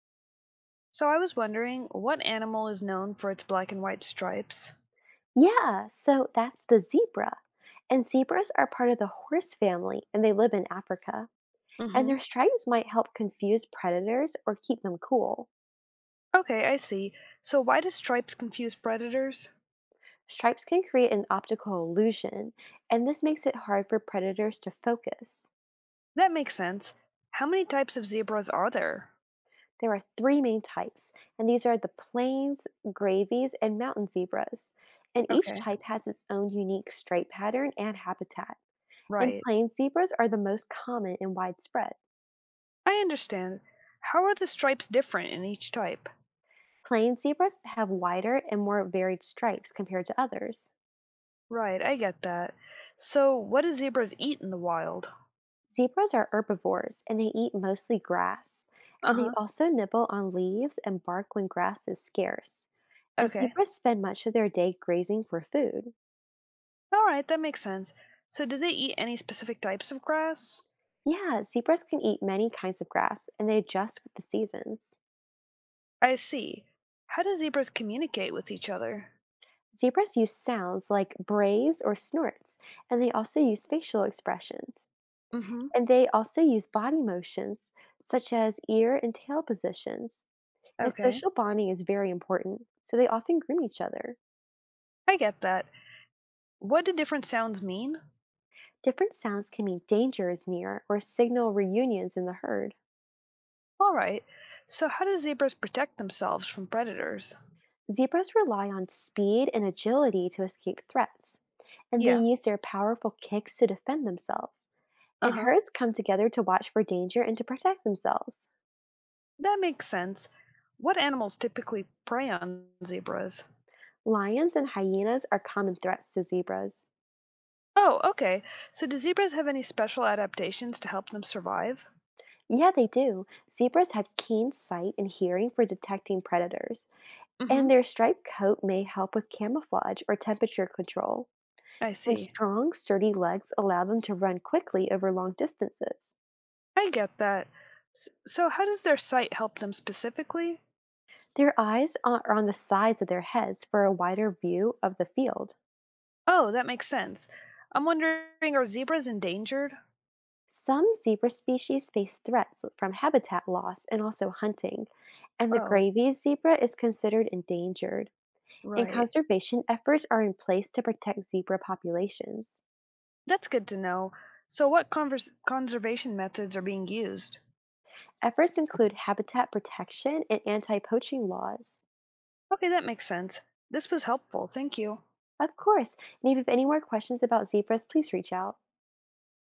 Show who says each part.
Speaker 1: So I was wondering, what animal is known for its black and white stripes?
Speaker 2: Yeah, so that's the zebra. And zebras are part of the horse family and they live in Africa. And
Speaker 1: Mm-hmm.
Speaker 2: their stripes might help confuse predators or keep them cool.
Speaker 1: Okay, I see. So why do stripes confuse predators?
Speaker 2: Stripes can create an optical illusion, and this makes it hard for predators to focus.
Speaker 1: That makes sense. How many types of zebras are there?
Speaker 2: There are 3 main types, and these are the plains, gravies, and mountain zebras. And each
Speaker 1: Okay,
Speaker 2: type has its own unique stripe pattern and habitat. And
Speaker 1: right.
Speaker 2: plains zebras are the most common and widespread.
Speaker 1: I understand. How are the stripes different in each type?
Speaker 2: Plain zebras have wider and more varied stripes compared to others.
Speaker 1: Right, I get that. So what do zebras eat in the wild?
Speaker 2: Zebras are herbivores and they eat mostly grass, and they
Speaker 1: Uh-huh.
Speaker 2: also nibble on leaves and bark when grass is scarce. And
Speaker 1: Okay.
Speaker 2: zebras spend much of their day grazing for food.
Speaker 1: All right, that makes sense. So do they eat any specific types of grass?
Speaker 2: Yeah, zebras can eat many kinds of grass and they adjust with the seasons.
Speaker 1: I see. How do zebras communicate with each other?
Speaker 2: Zebras use sounds like brays or snorts, and they also use facial expressions.
Speaker 1: Mm-hmm.
Speaker 2: And they also use body motions, such as ear and tail positions. And
Speaker 1: Okay,
Speaker 2: social bonding is very important, so they often groom each other.
Speaker 1: I get that. What do different sounds mean?
Speaker 2: Different sounds can mean danger is near or signal reunions in the herd.
Speaker 1: All right. So, how do zebras protect themselves from predators?
Speaker 2: Zebras rely on speed and agility to escape threats, and they
Speaker 1: Yeah,
Speaker 2: use their powerful kicks to defend themselves.
Speaker 1: uh
Speaker 2: And
Speaker 1: huh.
Speaker 2: herds come together to watch for danger and to protect themselves.
Speaker 1: That makes sense. What animals typically prey on zebras?
Speaker 2: Lions and hyenas are common threats to zebras.
Speaker 1: Oh, okay. So, do zebras have any special adaptations to help them survive?
Speaker 2: Yeah, they do. Zebras have keen sight and hearing for detecting predators,
Speaker 1: Mm hmm.
Speaker 2: and their striped coat may help with camouflage or temperature control,
Speaker 1: I
Speaker 2: and
Speaker 1: see.
Speaker 2: strong, sturdy legs allow them to run quickly over long distances.
Speaker 1: I get that. So, how does their sight help them specifically?
Speaker 2: Their eyes are on the sides of their heads for a wider view of the field.
Speaker 1: Oh, that makes sense. I'm wondering, are zebras endangered?
Speaker 2: Some zebra species face threats from habitat loss and also hunting, and the
Speaker 1: Oh,
Speaker 2: gravy zebra is considered endangered. And
Speaker 1: right.
Speaker 2: conservation efforts are in place to protect zebra populations.
Speaker 1: That's good to know. So, what conservation methods are being used?
Speaker 2: Efforts include habitat protection and anti poaching laws.
Speaker 1: Okay, that makes sense. This was helpful. Thank you.
Speaker 2: Of course. And if you have any more questions about zebras, please reach out.